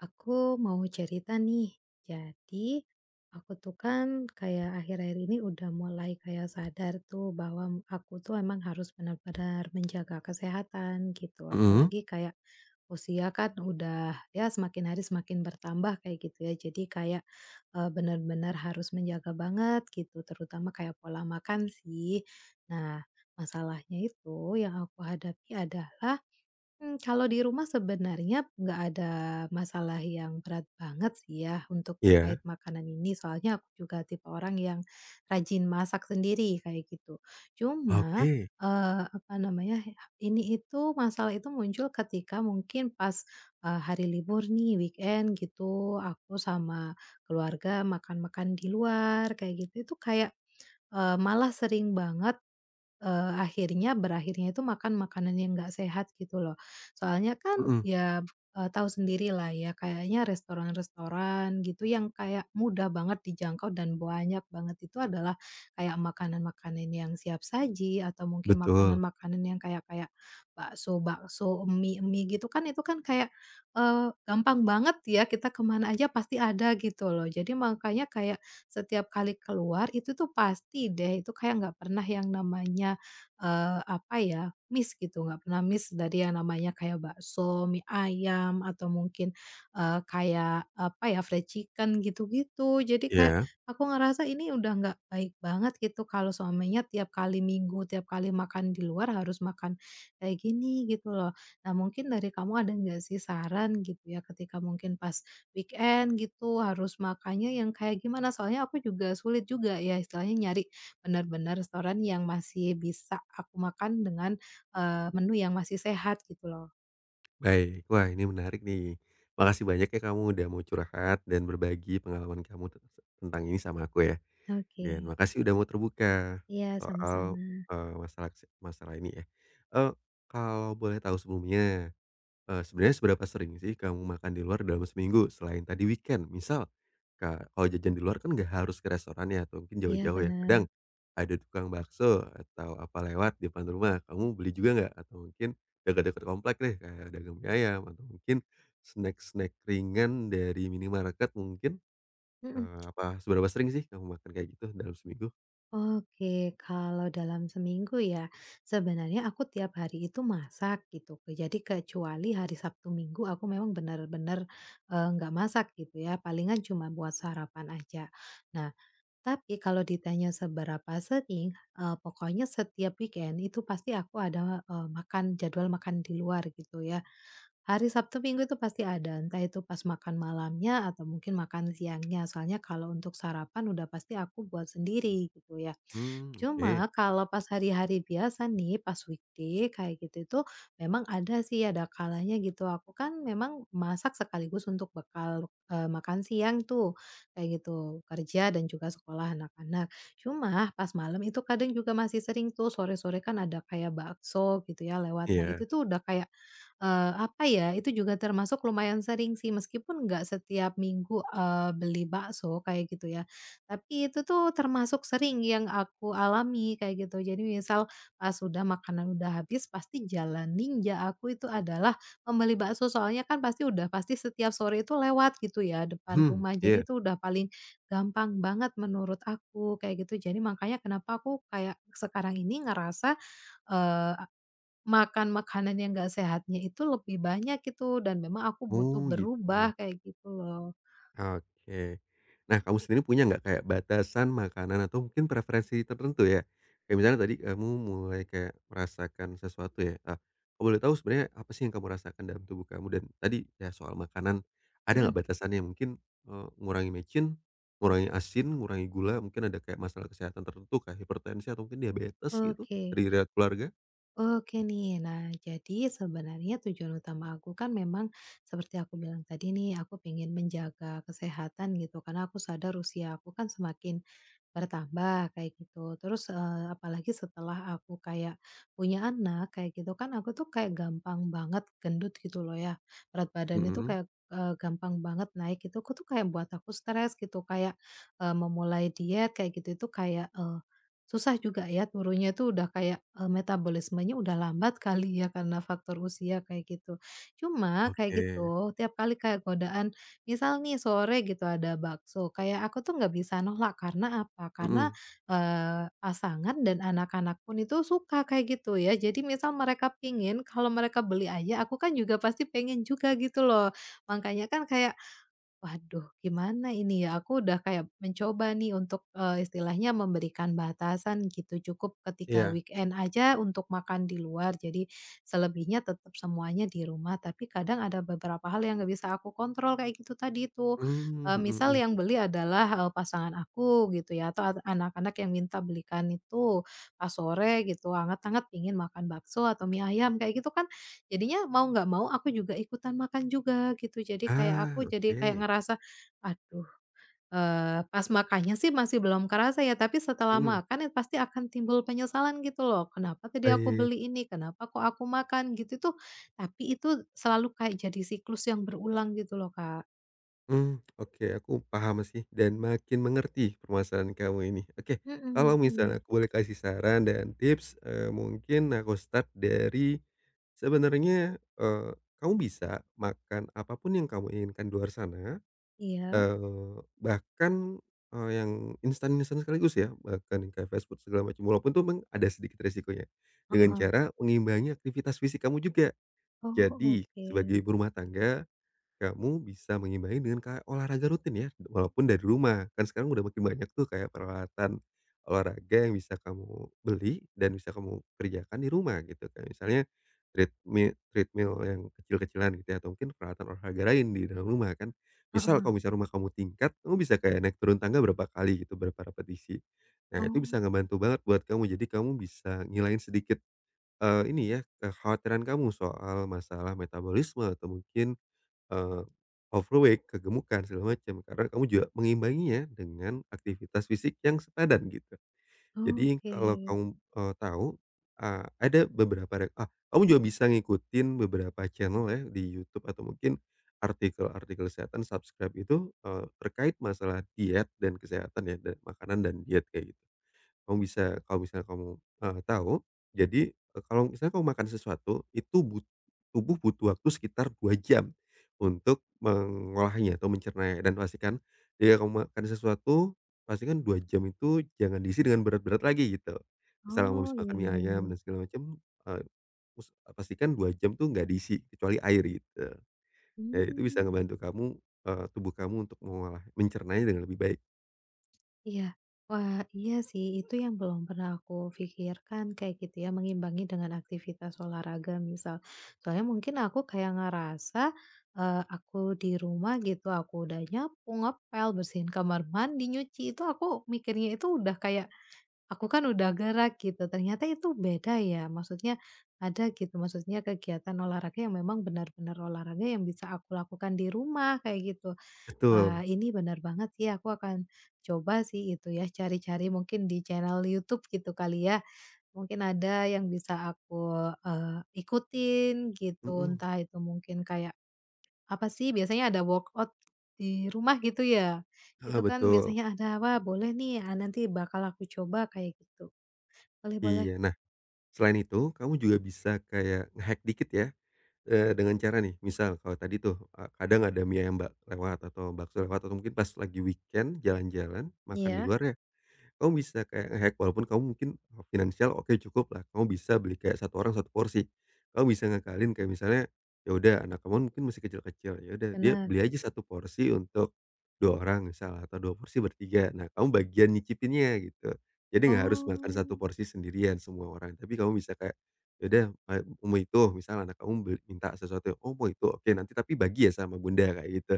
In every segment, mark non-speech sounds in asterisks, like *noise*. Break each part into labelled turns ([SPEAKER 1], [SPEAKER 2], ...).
[SPEAKER 1] Aku mau cerita nih. Jadi, aku tuh kan kayak akhir-akhir ini udah mulai kayak sadar tuh bahwa aku tuh emang harus benar-benar menjaga kesehatan gitu.
[SPEAKER 2] Mhm.
[SPEAKER 1] Apalagi kayak usia kan udah ya semakin hari semakin bertambah kayak gitu ya. Jadi kayak benar-benar harus menjaga banget gitu, terutama kayak pola makan sih. Nah, masalahnya itu yang aku hadapi adalah kalau di rumah sebenarnya nggak ada masalah yang berat banget sih ya untuk
[SPEAKER 2] Iya.
[SPEAKER 1] terkait makanan ini, soalnya aku juga tipe orang yang rajin masak sendiri kayak gitu. Cuma,
[SPEAKER 2] Oke.
[SPEAKER 1] apa namanya, ini itu masalah itu muncul ketika mungkin pas, hari libur nih, weekend gitu, aku sama keluarga makan-makan di luar kayak gitu, itu kayak, malah sering banget akhirnya berakhirnya itu makan makanan yang nggak sehat gitu loh. Soalnya kan
[SPEAKER 2] Mhm.
[SPEAKER 1] ya, tahu sendiri lah ya kayaknya restoran-restoran gitu yang kayak mudah banget dijangkau dan banyak banget itu adalah kayak makanan-makanan yang siap saji atau mungkin
[SPEAKER 2] Betul.
[SPEAKER 1] makanan-makanan yang kayak kayak bakso-bakso, mie-mie gitu kan itu kan kayak, gampang banget ya kita kemana aja pasti ada gitu loh. Jadi makanya kayak setiap kali keluar itu tuh pasti deh, itu kayak nggak pernah yang namanya, apa ya, miss gitu, nggak pernah miss dari yang namanya kayak bakso, mie ayam, atau mungkin, kayak apa ya, fried chicken gitu-gitu. Jadi kayak
[SPEAKER 2] Iya.
[SPEAKER 1] aku ngerasa ini udah nggak baik banget gitu kalau suaminya tiap kali minggu, tiap kali makan di luar harus makan kayak gini gitu loh. Nah mungkin dari kamu ada nggak sih saran gitu ya ketika mungkin pas weekend gitu, harus makannya yang kayak gimana, soalnya aku juga sulit juga ya istilahnya nyari benar-benar restoran yang masih bisa aku makan dengan, menu yang masih sehat gitu loh.
[SPEAKER 2] Baik, wah ini menarik nih. Makasih banyak ya kamu udah mau curhat dan berbagi pengalaman kamu tentang ini sama aku ya.
[SPEAKER 1] Oke.
[SPEAKER 2] Dan makasih udah mau terbuka
[SPEAKER 1] Iya, sama-sama.
[SPEAKER 2] soal, masalah ini ya. Eh, kalau boleh tahu sebelumnya, sebenarnya seberapa sering sih kamu makan di luar dalam seminggu selain tadi weekend? Misal, kalau jajan di luar kan nggak harus ke restoran ya atau mungkin
[SPEAKER 1] Iya
[SPEAKER 2] jauh-jauh ya, kadang
[SPEAKER 1] bener.
[SPEAKER 2] ada tukang bakso atau apa lewat di depan rumah, kamu beli juga nggak? Atau mungkin dekat-dekat komplek deh kayak dagang mie ayam atau mungkin snack-snack ringan dari minimarket mungkin,
[SPEAKER 1] Mhm.
[SPEAKER 2] apa seberapa sering sih kamu makan kayak gitu dalam seminggu?
[SPEAKER 1] Oke, kalau dalam seminggu ya, sebenarnya aku tiap hari itu masak gitu, jadi kecuali hari Sabtu Minggu aku memang benar-benar nggak masak gitu ya, palingan cuma buat sarapan aja. Nah, tapi kalau ditanya seberapa sering, pokoknya setiap weekend itu pasti aku ada, makan jadwal makan di luar gitu ya. Hari Sabtu Minggu itu pasti ada, entah itu pas makan malamnya atau mungkin makan siangnya. Soalnya kalau untuk sarapan udah pasti aku buat sendiri gitu ya.
[SPEAKER 2] Hmm, oke.
[SPEAKER 1] Cuma kalau pas hari-hari biasa nih, pas weekday kayak gitu itu memang ada sih, ada kalanya gitu aku kan memang masak sekaligus untuk bekal, makan siang tuh, kayak gitu, kerja dan juga sekolah anak-anak. Cuma pas malam itu kadang juga masih sering tuh sore-sore kan ada kayak bakso gitu ya lewat. Nah
[SPEAKER 2] Iya.
[SPEAKER 1] itu tuh udah kayak, apa ya, itu juga termasuk lumayan sering sih meskipun nggak setiap minggu, beli bakso kayak gitu ya. Tapi itu tuh termasuk sering yang aku alami kayak gitu. Jadi misal pas sudah makanan udah habis pasti jalan ninja aku itu adalah membeli bakso. Soalnya kan pasti udah pasti setiap sore itu lewat gitu ya depan
[SPEAKER 2] Hmm,
[SPEAKER 1] rumah. Jadi
[SPEAKER 2] iya.
[SPEAKER 1] itu udah paling gampang banget menurut aku kayak gitu. Jadi makanya kenapa aku kayak sekarang ini ngerasa, eee, makan makanan yang nggak sehatnya itu lebih banyak gitu dan memang aku butuh
[SPEAKER 2] Oh, gitu.
[SPEAKER 1] berubah kayak gitu loh.
[SPEAKER 2] Oke. Nah, kamu sendiri punya nggak kayak batasan makanan atau mungkin preferensi tertentu ya? Kayak misalnya tadi kamu mulai kayak merasakan sesuatu ya, kalau boleh tahu sebenarnya apa sih yang kamu rasakan dalam tubuh kamu? Dan tadi ya soal makanan, ada nggak
[SPEAKER 1] Mhm,
[SPEAKER 2] batasannya mungkin, ngurangi micin, ngurangi asin, ngurangi gula, mungkin ada kayak masalah kesehatan tertentu kayak hipertensi atau mungkin diabetes gitu
[SPEAKER 1] oke.
[SPEAKER 2] dari riwayat keluarga?
[SPEAKER 1] Oke nih. Nah, jadi sebenarnya tujuan utama aku kan memang seperti aku bilang tadi nih, aku pengen menjaga kesehatan gitu. Karena aku sadar usia aku kan semakin bertambah kayak gitu. Terus, apalagi setelah aku kayak punya anak kayak gitu kan aku tuh kayak gampang banget gendut gitu loh ya. Berat badan itu
[SPEAKER 2] Mhm.
[SPEAKER 1] kayak, gampang banget naik itu aku tuh kayak buat aku stres gitu kayak, memulai diet kayak gitu itu kayak, susah juga ya turunnya itu udah kayak, metabolismenya udah lambat kali ya karena faktor usia kayak gitu. Cuma kayak
[SPEAKER 2] Oke.
[SPEAKER 1] gitu tiap kali kayak godaan. Misal nih sore gitu ada bakso, kayak aku tuh nggak bisa nolak karena apa, karena,
[SPEAKER 2] Mhm.
[SPEAKER 1] pasangan dan anak-anak pun itu suka kayak gitu ya. Jadi misal mereka pingin, kalau mereka beli aja aku kan juga pasti pengen juga gitu loh. Makanya kan kayak waduh, gimana ini ya? Aku udah kayak mencoba nih untuk, istilahnya memberikan batasan gitu, cukup ketika
[SPEAKER 2] Iya.
[SPEAKER 1] weekend aja untuk makan di luar, jadi selebihnya tetap semuanya di rumah. Tapi kadang ada beberapa hal yang nggak bisa aku kontrol kayak gitu tadi itu,
[SPEAKER 2] Mmm. Mhm
[SPEAKER 1] misal
[SPEAKER 2] mhm.
[SPEAKER 1] yang beli adalah, pasangan aku gitu ya, atau anak-anak yang minta belikan itu pas sore gitu, anget-anget pingin makan bakso atau mie ayam kayak gitu kan. Jadinya mau nggak mau aku juga ikutan makan juga gitu. Jadi kayak
[SPEAKER 2] Ah,
[SPEAKER 1] aku jadi kayak
[SPEAKER 2] oke.
[SPEAKER 1] ngerasa, aduh, pas makannya sih masih belum kerasa ya, tapi setelah
[SPEAKER 2] Mhm.
[SPEAKER 1] makan ya pasti akan timbul penyesalan gitu loh, "Kenapa tadi aku
[SPEAKER 2] Baik.
[SPEAKER 1] beli ini? Kenapa kok aku makan?" Gitu tuh. Tapi itu selalu kayak jadi siklus yang berulang gitu loh, Kak.
[SPEAKER 2] Mmm, oke, aku paham sih dan makin mengerti permasalahan kamu ini. Oke,
[SPEAKER 1] Mhm,
[SPEAKER 2] kalau
[SPEAKER 1] benar.
[SPEAKER 2] misalnya aku boleh kasih saran dan tips, mungkin aku start dari sebenarnya, kamu bisa makan apa pun yang kamu inginkan di luar sana,
[SPEAKER 1] Iya,
[SPEAKER 2] eee, bahkan, yang instan-instan sekaligus ya, bahkan yang kayak fast food segala macam, walaupun itu memang ada sedikit resikonya, dengan
[SPEAKER 1] heeh.
[SPEAKER 2] cara mengimbangi aktivitas fisik kamu juga.
[SPEAKER 1] Oh,
[SPEAKER 2] Jadi
[SPEAKER 1] oke.
[SPEAKER 2] sebagai ibu rumah tangga kamu bisa mengimbangi dengan kayak olahraga rutin ya, walaupun dari rumah. Kan sekarang udah makin banyak tuh kayak peralatan olahraga yang bisa kamu beli dan bisa kamu kerjakan di rumah gitu. Kayak misalnya treadmill treadmill yang kecil-kecilan gitu ya, atau mungkin peralatan olahraga lain di dalam rumah kan. Misal kalau
[SPEAKER 1] Heeh.
[SPEAKER 2] misalnya rumah kamu tingkat, kamu bisa kayak naik turun tangga berapa kali gitu, berapa repetisi. Nah, itu bisa
[SPEAKER 1] Oh,
[SPEAKER 2] ngebantu banget buat kamu. Jadi kamu bisa ngilain sedikit, ini ya, kekhawatiran kamu soal masalah metabolisme atau mungkin Eee, overweight, kegemukan, segala macam, karena kamu juga mengimbanginya dengan aktivitas fisik yang sepadan gitu. Jadi
[SPEAKER 1] oke.
[SPEAKER 2] kalau kamu, tahu, ada beberapa kamu juga bisa ngikutin beberapa channel ya di YouTube atau mungkin artikel-artikel kesehatan, subscribe itu, terkait masalah diet dan kesehatan ya, dan makanan dan diet kayak gitu. Kamu bisa kalau misalnya kamu, tahu, jadi, kalau misalnya kamu makan sesuatu, itu tubuh butuh waktu sekitar 2 jam untuk mengolahnya atau mencernanya dan pastikan jika kamu makan sesuatu, pastikan 2 jam itu jangan diisi dengan berat-berat lagi gitu. Misal kamu
[SPEAKER 1] Oh,
[SPEAKER 2] habis makan
[SPEAKER 1] iya
[SPEAKER 2] mie
[SPEAKER 1] iya
[SPEAKER 2] ayam
[SPEAKER 1] iya.
[SPEAKER 2] dan segala macam, eee, us pastikan 2 jam tuh nggak diisi kecuali air gitu. Ya itu bisa
[SPEAKER 1] Hmm.
[SPEAKER 2] ngebantu kamu, tubuh kamu untuk mengolah mencernanya dengan lebih baik.
[SPEAKER 1] Iya. Wah, iya sih, itu yang belum pernah aku pikirkan kayak gitu ya, mengimbangi dengan aktivitas olahraga misal. Soalnya mungkin aku kayak ngerasa, aku di rumah gitu, aku udah nyapu, ngepel, bersihin kamar mandi, nyuci, itu aku mikirnya itu udah kayak, aku kan udah gerak gitu, ternyata itu beda ya, maksudnya ada gitu, maksudnya kegiatan olahraga yang memang benar-benar olahraga yang bisa aku lakukan di rumah, kayak gitu.
[SPEAKER 2] Betul.
[SPEAKER 1] Wah, ini benar banget sih, aku akan coba sih itu ya, cari-cari mungkin di channel YouTube gitu kali ya. Mungkin ada yang bisa aku, ikutin gitu,
[SPEAKER 2] Mhm.
[SPEAKER 1] entah itu mungkin kayak apa sih, biasanya ada workout di rumah gitu ya.
[SPEAKER 2] Heeh.
[SPEAKER 1] Itu kan
[SPEAKER 2] Betul.
[SPEAKER 1] biasanya ada, wah boleh nih, ah, nanti bakal aku coba kayak gitu. Boleh boleh.
[SPEAKER 2] Iya, nah, selain itu, kamu juga bisa kayak nge-hack dikit ya, dengan cara nih, misal kalau tadi tuh, kadang ada mie ayam lewat atau bakso lewat atau mungkin pas lagi weekend jalan-jalan, makan di
[SPEAKER 1] Iya,
[SPEAKER 2] luar ya, kamu bisa kayak nge-hack walaupun kamu mungkin oh, finansial oke cukup lah. Kamu bisa beli kayak satu orang satu porsi. Kamu bisa ngakalin kayak misalnya, ya udah anak kamu mungkin masih kecil-kecil, ya udah dia
[SPEAKER 1] benar.
[SPEAKER 2] beli aja satu porsi untuk 2 orang misal atau 2 porsi bertiga. Nah, kamu bagian nyicipinnya gitu. Jadi nggak harus makan satu
[SPEAKER 1] Oh,
[SPEAKER 2] porsi sendirian semua orang, tapi kamu bisa kayak, ya udah, eee, mau itu misal anak kamu beli minta sesuatu, "Oh mau itu? Oke nanti tapi bagi ya sama bunda," kayak gitu.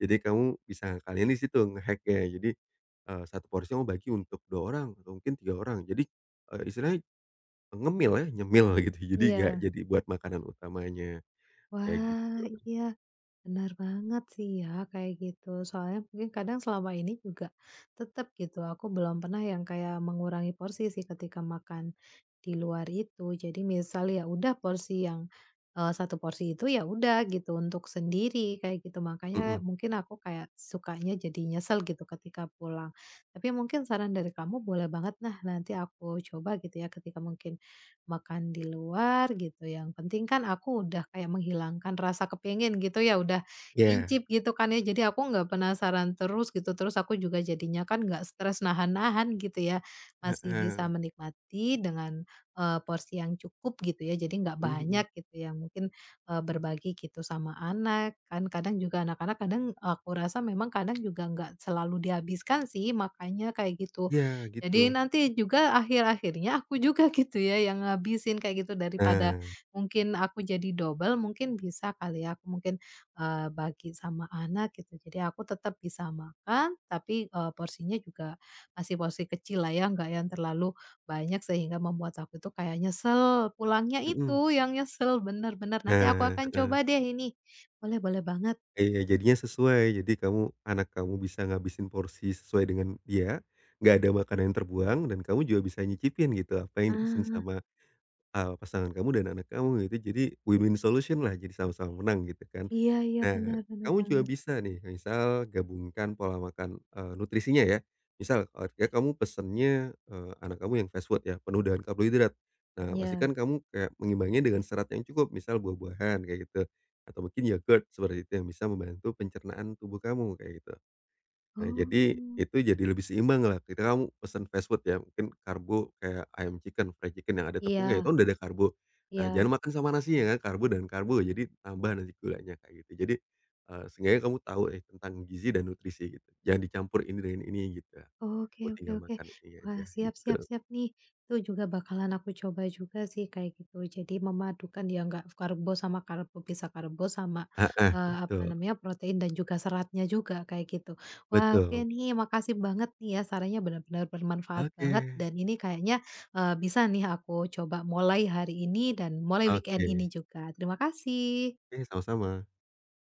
[SPEAKER 2] Jadi kamu bisa ngakalinnya di situ nge hack. Jadi, satu porsinya mau bagi untuk 2 orang atau mungkin 3 orang. Jadi, istilahnya ngemil ya, nyemil *laughs* gitu. Jadi nggak
[SPEAKER 1] iya.
[SPEAKER 2] jadi buat makanan utamanya, kayak
[SPEAKER 1] Wah,
[SPEAKER 2] gitu.
[SPEAKER 1] iya. Benar banget sih ya kayak gitu. Soalnya mungkin kadang selama ini juga tetap gitu aku belum pernah yang kayak mengurangi porsi sih ketika makan di luar itu. Jadi misal ya udah porsi yang satu porsi itu ya udah gitu untuk sendiri kayak gitu. Makanya
[SPEAKER 2] Mhm.
[SPEAKER 1] mungkin aku kayak sukanya jadi nyesel gitu ketika pulang. Tapi mungkin saran dari kamu boleh banget nah nanti aku coba gitu ya ketika mungkin makan di luar gitu, yang penting kan aku udah kayak menghilangkan rasa kepengen gitu ya, udah
[SPEAKER 2] Ya.
[SPEAKER 1] ngincip gitu kan ya, jadi aku nggak penasaran terus gitu, terus aku juga jadinya kan nggak stres nahan-nahan gitu ya, masih bisa
[SPEAKER 2] Heeh.
[SPEAKER 1] menikmati dengan, porsi yang cukup gitu ya, jadi nggak
[SPEAKER 2] Mhm mhm.
[SPEAKER 1] banyak gitu ya, mungkin, berbagi gitu sama anak, kan kadang juga anak-anak kadang aku rasa memang kadang juga nggak selalu dihabiskan sih, makanya kayak gitu.
[SPEAKER 2] Iya,
[SPEAKER 1] Jadi
[SPEAKER 2] gitu.
[SPEAKER 1] nanti juga akhir-akhirnya aku juga *laughs* gitu ya yang ngabisin kayak gitu daripada
[SPEAKER 2] Nah,
[SPEAKER 1] mungkin aku jadi double mungkin bisa kali ya aku mungkin, bagi sama anak gitu jadi aku tetap bisa makan tapi, porsinya juga masih porsi kecil lah ya nggak yang terlalu banyak sehingga membuat aku tuh kayak nyesel pulangnya
[SPEAKER 2] mhm.
[SPEAKER 1] itu yang nyesel bener bener nanti aku
[SPEAKER 2] Nah,
[SPEAKER 1] akan
[SPEAKER 2] heeh.
[SPEAKER 1] coba deh ini, boleh boleh banget,
[SPEAKER 2] Iya, jadinya sesuai. Jadi anak kamu bisa ngabisin porsi sesuai dengan dia, nggak ada makanan yang terbuang dan kamu juga bisa nyicipin gitu apa yang dipesan
[SPEAKER 1] ah,
[SPEAKER 2] sama pasangan kamu dan anak kamu gitu. Jadi win-win solution lah, jadi sama-sama menang gitu kan.
[SPEAKER 1] iya iya
[SPEAKER 2] Nah,
[SPEAKER 1] benar-benar
[SPEAKER 2] kamu juga
[SPEAKER 1] banget,
[SPEAKER 2] bisa nih misal gabungkan pola makan, nutrisinya ya. Misal ketika kamu pesennya, anak kamu yang fast food ya, penuh dengan karbohidrat. Nah,
[SPEAKER 1] ya
[SPEAKER 2] pastikan kamu kayak mengimbanginya dengan serat yang cukup, misal buah-buahan kayak gitu, atau mungkin yogurt seperti itu yang bisa membantu pencernaan tubuh kamu kayak gitu. Nah, jadi
[SPEAKER 1] oh,
[SPEAKER 2] itu jadi lebih seimbang lah, ketika kamu pesan fast food ya, mungkin karbo kayak ayam chicken, fried chicken yang ada tepungnya itu
[SPEAKER 1] iya
[SPEAKER 2] kan udah ada karbo. Nah,
[SPEAKER 1] iya.
[SPEAKER 2] jangan makan sama nasi ya, kan, karbo dan karbo, jadi tambah nanti gulanya kayak gitu. Jadi, seenggaknya kamu tahu tentang gizi dan nutrisi gitu, jangan dicampur ini dengan ini gitu. Kamu
[SPEAKER 1] Oke oke
[SPEAKER 2] tinggal
[SPEAKER 1] oke.
[SPEAKER 2] makan ini
[SPEAKER 1] Wah,
[SPEAKER 2] aja
[SPEAKER 1] siap siap
[SPEAKER 2] gitu.
[SPEAKER 1] siap nih. Itu juga bakalan aku coba juga sih kayak gitu. Jadi memadukan ya nggak karbo sama karbo, bisa karbo sama,
[SPEAKER 2] Ah, ah,
[SPEAKER 1] apa
[SPEAKER 2] betul,
[SPEAKER 1] namanya, protein dan juga seratnya juga kayak gitu. Wah, oke
[SPEAKER 2] betul.
[SPEAKER 1] nih, makasih banget nih ya sarannya benar-benar bermanfaat
[SPEAKER 2] Oke,
[SPEAKER 1] banget dan ini kayaknya, bisa nih aku coba mulai hari ini dan mulai
[SPEAKER 2] oke.
[SPEAKER 1] weekend ini juga. Terima kasih.
[SPEAKER 2] Oke, sama-sama.